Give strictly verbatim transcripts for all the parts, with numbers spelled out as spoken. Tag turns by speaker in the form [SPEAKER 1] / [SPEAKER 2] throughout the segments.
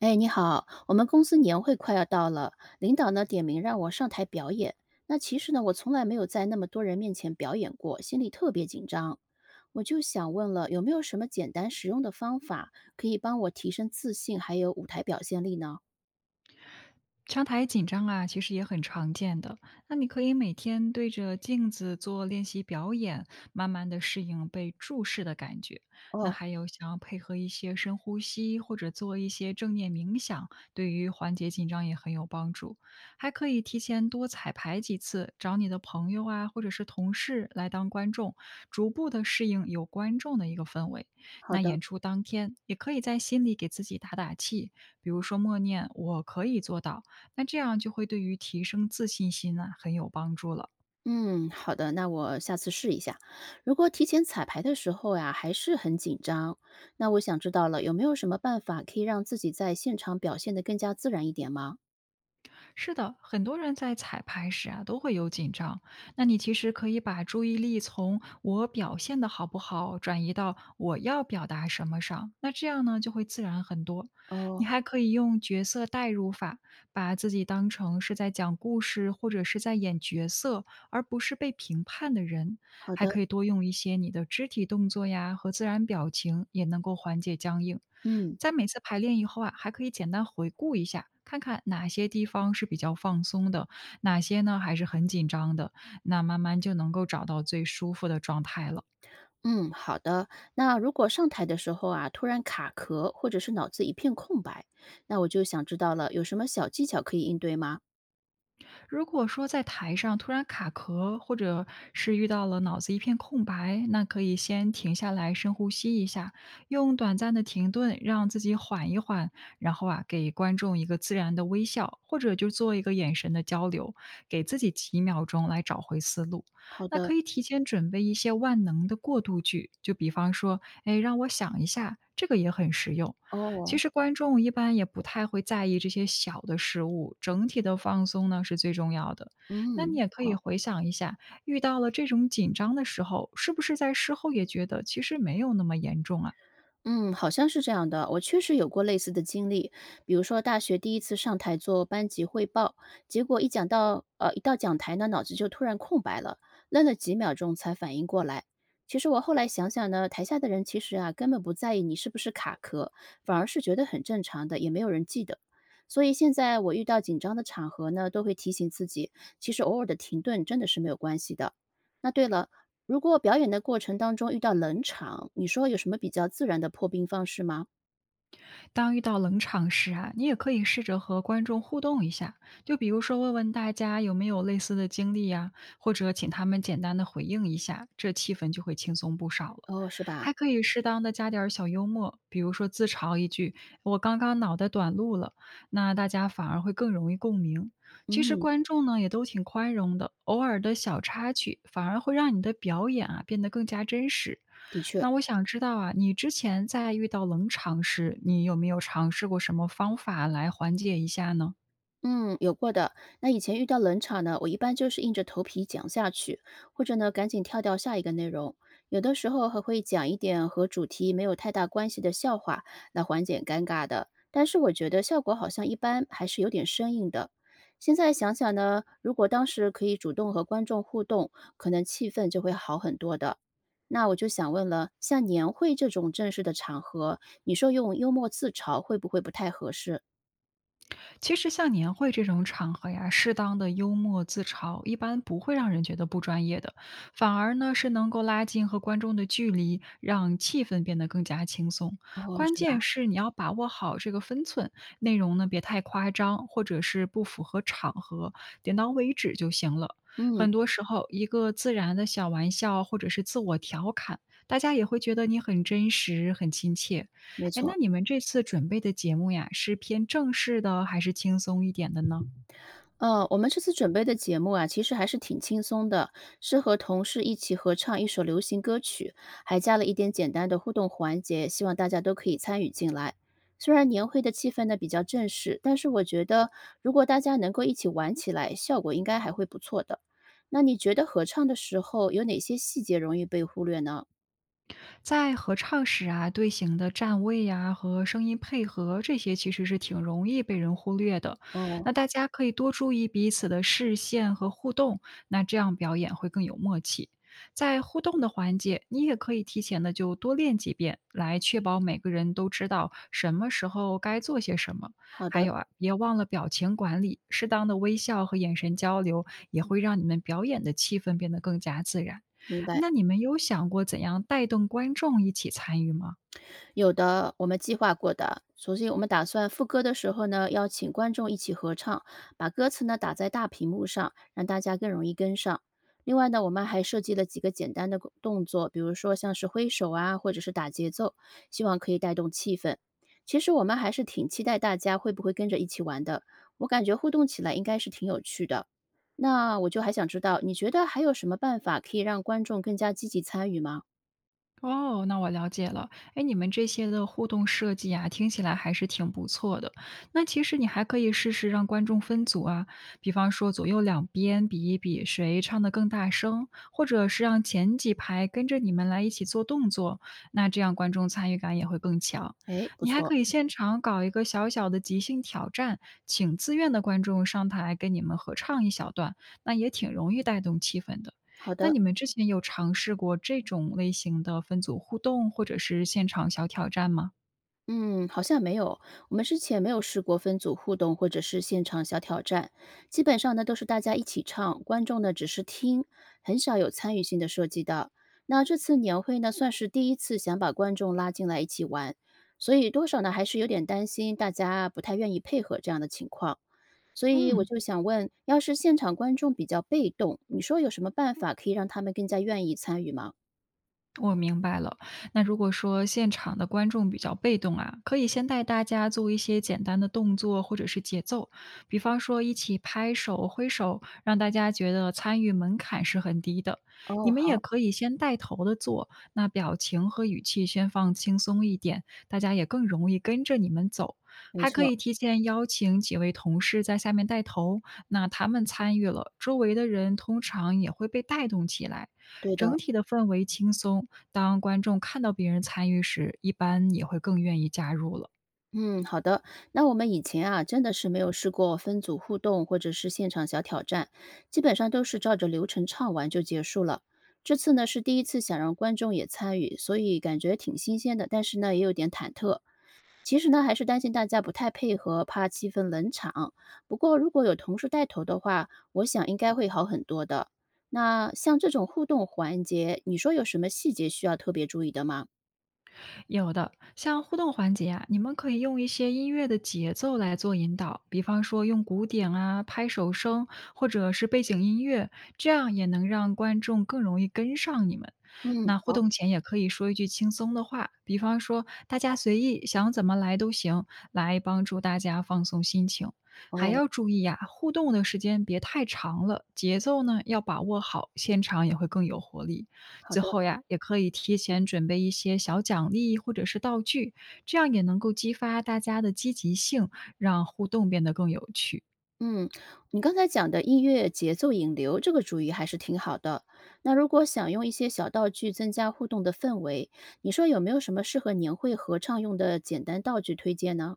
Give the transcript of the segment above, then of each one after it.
[SPEAKER 1] 哎，你好，我们公司年会快要到了，领导呢点名让我上台表演。那其实呢，我从来没有在那么多人面前表演过，心里特别紧张。我就想问了，有没有什么简单实用的方法可以帮我提升自信，还有舞台表现力呢？
[SPEAKER 2] 上台紧张啊，其实也很常见的。那你可以每天对着镜子做练习表演，慢慢的适应被注视的感觉。那
[SPEAKER 1] 哦，
[SPEAKER 2] 还有想要配合一些深呼吸，或者做一些正念冥想，对于缓解紧张也很有帮助。还可以提前多彩排几次，找你的朋友啊，或者是同事来当观众，逐步的适应有观众的一个氛围。
[SPEAKER 1] 好
[SPEAKER 2] 那
[SPEAKER 1] 的，
[SPEAKER 2] 演出当天，也可以在心里给自己打打气，比如说默念“我可以做到”。那这样就会对于提升自信心呢很有帮助了。
[SPEAKER 1] 嗯，好的，那我下次试一下。如果提前彩排的时候呀，还是很紧张，那我想知道了，有没有什么办法可以让自己在现场表现得更加自然一点吗？
[SPEAKER 2] 是的，很多人在彩排时啊都会有紧张，那你其实可以把注意力从我表现的好不好转移到我要表达什么上，那这样呢就会自然很多。你
[SPEAKER 1] 哦，
[SPEAKER 2] 还可以用角色代入法，把自己当成是在讲故事或者是在演角色，而不是被评判的人。
[SPEAKER 1] 好
[SPEAKER 2] 还
[SPEAKER 1] 的，
[SPEAKER 2] 可以多用一些你的肢体动作呀和自然表情，也能够缓解僵硬。
[SPEAKER 1] 嗯。
[SPEAKER 2] 在每次排练以后啊，还可以简单回顾一下，看看哪些地方是比较放松的，哪些呢还是很紧张的，那慢慢就能够找到最舒服的状态了。
[SPEAKER 1] 嗯，好的。那如果上台的时候啊，突然卡壳，或者是脑子一片空白，那我就想知道了，有什么小技巧可以应对吗？
[SPEAKER 2] 如果说在台上突然卡壳，或者是遇到了脑子一片空白，那可以先停下来深呼吸一下，用短暂的停顿让自己缓一缓，然后啊，给观众一个自然的微笑，或者就做一个眼神的交流，给自己几秒钟来找回思路。
[SPEAKER 1] 好
[SPEAKER 2] 那
[SPEAKER 1] 的，
[SPEAKER 2] 可以提前准备一些万能的过渡句，就比方说，哎，让我想一下，这个也很实用。
[SPEAKER 1] 哦，
[SPEAKER 2] 其实观众一般也不太会在意这些小的失误，整体的放松呢是最重要的。那你
[SPEAKER 1] 嗯，
[SPEAKER 2] 也可以
[SPEAKER 1] 好。
[SPEAKER 2] 回想一下，遇到了这种紧张的时候，是不是在事后也觉得其实没有那么严重啊？
[SPEAKER 1] 嗯，好像是这样的。我确实有过类似的经历，比如说大学第一次上台做班级汇报，结果一讲到呃一到讲台呢，脑子就突然空白了，愣了几秒钟才反应过来。其实我后来想想呢，台下的人其实啊根本不在意你是不是卡壳，反而是觉得很正常的，也没有人记得。所以现在我遇到紧张的场合呢，都会提醒自己，其实偶尔的停顿真的是没有关系的。那对了，如果表演的过程当中遇到冷场，你说有什么比较自然的破冰方式吗？
[SPEAKER 2] 当遇到冷场时啊，你也可以试着和观众互动一下，就比如说问问大家有没有类似的经历呀、或者请他们简单的回应一下，这气氛就会轻松不少了。
[SPEAKER 1] 哦，是吧？
[SPEAKER 2] 还可以适当的加点儿小幽默，比如说自嘲一句“我刚刚脑袋短路了”，那大家反而会更容易共鸣。其实
[SPEAKER 1] 嗯，
[SPEAKER 2] 观众呢也都挺宽容的，偶尔的小插曲反而会让你的表演啊变得更加真实。
[SPEAKER 1] 的确。
[SPEAKER 2] 那我想知道啊，你之前在遇到冷场时，你有没有尝试过什么方法来缓解一下呢？
[SPEAKER 1] 嗯，有过的。那以前遇到冷场呢，我一般就是硬着头皮讲下去，或者呢赶紧跳掉下一个内容。有的时候还会讲一点和主题没有太大关系的笑话来缓解尴尬的，但是我觉得效果好像一般，还是有点生硬的。现在想想呢，如果当时可以主动和观众互动，可能气氛就会好很多的。那我就想问了，像年会这种正式的场合，你说用幽默自嘲会不会不太合适？
[SPEAKER 2] 其实像年会这种场合呀，适当的幽默自嘲，一般不会让人觉得不专业的，反而呢是能够拉近和观众的距离，让气氛变得更加轻松。
[SPEAKER 1] 哦，
[SPEAKER 2] 关
[SPEAKER 1] 是吧？
[SPEAKER 2] 键是你要把握好这个分寸，内容呢别太夸张，或者是不符合场合，点到为止就行了。
[SPEAKER 1] 嗯。
[SPEAKER 2] 很多时候，一个自然的小玩笑或者是自我调侃，大家也会觉得你很真实、很亲切。
[SPEAKER 1] 没
[SPEAKER 2] 哎，那
[SPEAKER 1] 错，
[SPEAKER 2] 你们这次准备的节目呀，是偏正式的还是轻松一点的呢？
[SPEAKER 1] 呃，我们这次准备的节目啊，其实还是挺轻松的，是和同事一起合唱一首流行歌曲，还加了一点简单的互动环节，希望大家都可以参与进来。虽然年会的气氛呢比较正式，但是我觉得如果大家能够一起玩起来，效果应该还会不错的。那你觉得合唱的时候有哪些细节容易被忽略呢？
[SPEAKER 2] 在合唱时啊，队形的站位呀、和声音配合这些其实是挺容易被人忽略的。
[SPEAKER 1] 哦，
[SPEAKER 2] 那大家可以多注意彼此的视线和互动，那这样表演会更有默契。在互动的环节，你也可以提前的就多练几遍，来确保每个人都知道什么时候该做些什么。
[SPEAKER 1] 好
[SPEAKER 2] 还
[SPEAKER 1] 的，
[SPEAKER 2] 有啊，别忘了表情管理，适当的微笑和眼神交流也会让你们表演的气氛变得更加自然。
[SPEAKER 1] 明白。
[SPEAKER 2] 那你们有想过怎样带动观众一起参与吗？
[SPEAKER 1] 有的，我们计划过的。首先，我们打算副歌的时候呢，邀请观众一起合唱，把歌词呢打在大屏幕上，让大家更容易跟上。另外呢，我们还设计了几个简单的动作，比如说像是挥手啊，或者是打节奏，希望可以带动气氛。其实我们还是挺期待大家会不会跟着一起玩的，我感觉互动起来应该是挺有趣的。那我就还想知道，你觉得还有什么办法可以让观众更加积极参与吗？
[SPEAKER 2] 哦，那我了解了。哎，你们这些的互动设计啊，听起来还是挺不错的。那其实你还可以试试让观众分组啊，比方说左右两边比一比谁唱的更大声，或者是让前几排跟着你们来一起做动作，那这样观众参与感也会更强。
[SPEAKER 1] 诶，不
[SPEAKER 2] 你还
[SPEAKER 1] 错，
[SPEAKER 2] 可以现场搞一个小小的即兴挑战，请自愿的观众上台跟你们合唱一小段，那也挺容易带动气氛的。
[SPEAKER 1] 好
[SPEAKER 2] 那
[SPEAKER 1] 的。
[SPEAKER 2] 你们之前有尝试过这种类型的分组互动，或者是现场小挑战吗？
[SPEAKER 1] 嗯，好像没有。我们之前没有试过分组互动或者是现场小挑战，基本上呢都是大家一起唱，观众呢只是听，很少有参与性的设计的。那这次年会呢，算是第一次想把观众拉进来一起玩，所以多少呢还是有点担心大家不太愿意配合这样的情况。所以我
[SPEAKER 2] 嗯。
[SPEAKER 1] 就想问，要是现场观众比较被动，你说有什么办法可以让他们更加愿意参与吗？
[SPEAKER 2] 我明白了。那如果说现场的观众比较被动啊，可以先带大家做一些简单的动作或者是节奏，比方说一起拍手、挥手，让大家觉得参与门槛是很低的。你
[SPEAKER 1] 哦，
[SPEAKER 2] 们也
[SPEAKER 1] 好，
[SPEAKER 2] 可以先带头的做，那表情和语气先放轻松一点，大家也更容易跟着你们走。
[SPEAKER 1] 没
[SPEAKER 2] 还可
[SPEAKER 1] 错，
[SPEAKER 2] 以提前邀请几位同事在下面带头，那他们参与了，周围的人通常也会被带动起来。
[SPEAKER 1] 对
[SPEAKER 2] 整
[SPEAKER 1] 的。
[SPEAKER 2] 体的氛围轻松，当观众看到别人参与时，一般也会更愿意加入了。
[SPEAKER 1] 嗯，好的。那我们以前啊，真的是没有试过分组互动或者是现场小挑战，基本上都是照着流程唱完就结束了。这次呢是第一次想让观众也参与，所以感觉挺新鲜的，但是呢也有点忐忑。其实呢还是担心大家不太配合，怕气氛冷场。不过如果有同事带头的话，我想应该会好很多的。那像这种互动环节，你说有什么细节需要特别注意的吗？
[SPEAKER 2] 有的，像互动环节啊，你们可以用一些音乐的节奏来做引导，比方说用鼓点啊、拍手声，或者是背景音乐，这样也能让观众更容易跟上你们。
[SPEAKER 1] 嗯，
[SPEAKER 2] 那互
[SPEAKER 1] 好，
[SPEAKER 2] 动前也可以说一句轻松的话，比方说“大家随意，想怎么来都行”，来帮助大家放松心情。还
[SPEAKER 1] 哦，
[SPEAKER 2] 要注意呀、互动的时间别太长了，节奏呢要把握好，现场也会更有活力。
[SPEAKER 1] 好
[SPEAKER 2] 最
[SPEAKER 1] 的。
[SPEAKER 2] 后呀，也可以提前准备一些小奖励或者是道具，这样也能够激发大家的积极性，让互动变得更有趣。
[SPEAKER 1] 嗯，你刚才讲的音乐节奏引流这个主意还是挺好的。那如果想用一些小道具增加互动的氛围，你说有没有什么适合年会合唱用的简单道具推荐呢？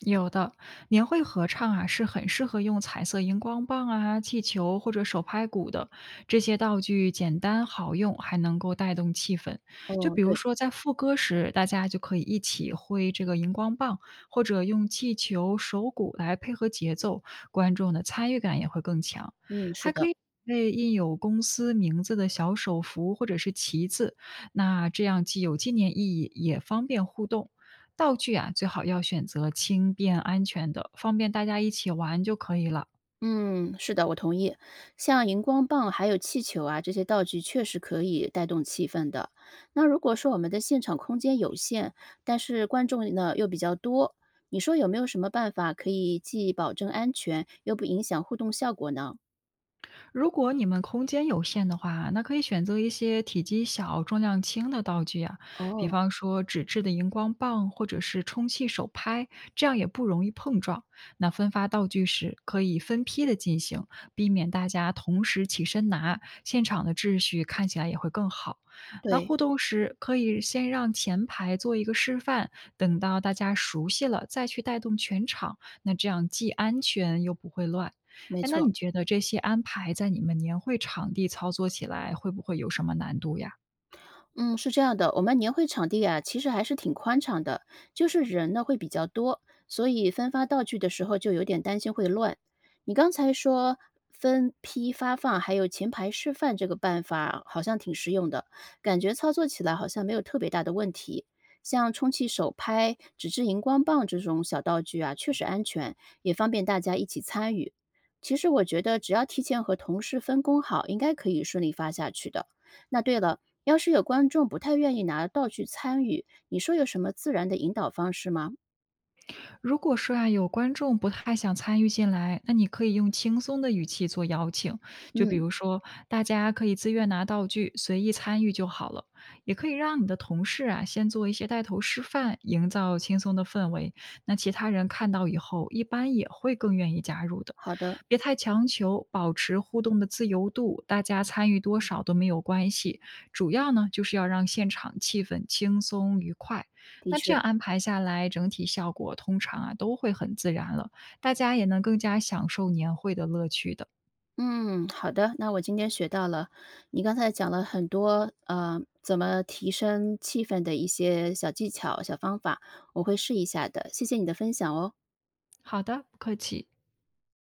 [SPEAKER 2] 有的，年会合唱啊，是很适合用彩色荧光棒啊、气球或者手拍鼓的。这些道具简单好用，还能够带动气氛。就
[SPEAKER 1] 哦，
[SPEAKER 2] 比如
[SPEAKER 1] 对，
[SPEAKER 2] 说在副歌时，大家就可以一起挥这个荧光棒，或者用气球、手鼓来配合节奏，观众的参与感也会更强。
[SPEAKER 1] 嗯，是
[SPEAKER 2] 还可
[SPEAKER 1] 的，
[SPEAKER 2] 以。为印有公司名字的小手幅或者是旗子，那这样既有纪念意义，也方便互动。道具啊，最好要选择轻便安全的，方便大家一起玩就可以了。
[SPEAKER 1] 嗯，是的，我同意。像荧光棒还有气球啊，这些道具确实可以带动气氛的。那如果说我们的现场空间有限，但是观众呢又比较多，你说有没有什么办法可以既保证安全又不影响互动效果呢？
[SPEAKER 2] 如果你们空间有限的话，那可以选择一些体积小、重量轻的道具啊，比
[SPEAKER 1] 哦，
[SPEAKER 2] 方说纸质的荧光棒或者是充气手拍，这样也不容易碰撞。那分发道具时可以分批的进行，避免大家同时起身拿，现场的秩序看起来也会更好。那
[SPEAKER 1] 对，
[SPEAKER 2] 互动时可以先让前排做一个示范，等到大家熟悉了再去带动全场，那这样既安全又不会乱。
[SPEAKER 1] 没
[SPEAKER 2] 哎，那
[SPEAKER 1] 错。
[SPEAKER 2] 你觉得这些安排在你们年会场地操作起来会不会有什么难度呀？
[SPEAKER 1] 嗯，是这样的，我们年会场地啊，其实还是挺宽敞的，就是人呢会比较多，所以分发道具的时候就有点担心会乱。你刚才说分批发放，还有前排示范这个办法，好像挺实用的，感觉操作起来好像没有特别大的问题。像充气手拍、纸质荧光棒这种小道具啊，确实安全，也方便大家一起参与。其实我觉得，只要提前和同事分工好，应该可以顺利发下去的。那对了，要是有观众不太愿意拿道具参与，你说有什么自然的引导方式吗？
[SPEAKER 2] 如果说啊，有观众不太想参与进来，那你可以用轻松的语气做邀请，就比
[SPEAKER 1] 嗯，
[SPEAKER 2] 如说大家可以自愿拿道具，随意参与就好了。也可以让你的同事啊先做一些带头示范，营造轻松的氛围。那其他人看到以后，一般也会更愿意加入的。
[SPEAKER 1] 好的，
[SPEAKER 2] 别太强求，保持互动的自由度，大家参与多少都没有关系。主要呢，就是要让现场气氛轻松愉快。
[SPEAKER 1] 的
[SPEAKER 2] 那这
[SPEAKER 1] 确，
[SPEAKER 2] 样安排下来，整体效果通常啊都会很自然了，大家也能更加享受年会的乐趣的。
[SPEAKER 1] 嗯，好的，那我今天学到了，你刚才讲了很多，呃，怎么提升气氛的一些小技巧、小方法，我会试一下的，谢谢你的分享哦。
[SPEAKER 2] 好的，不客气。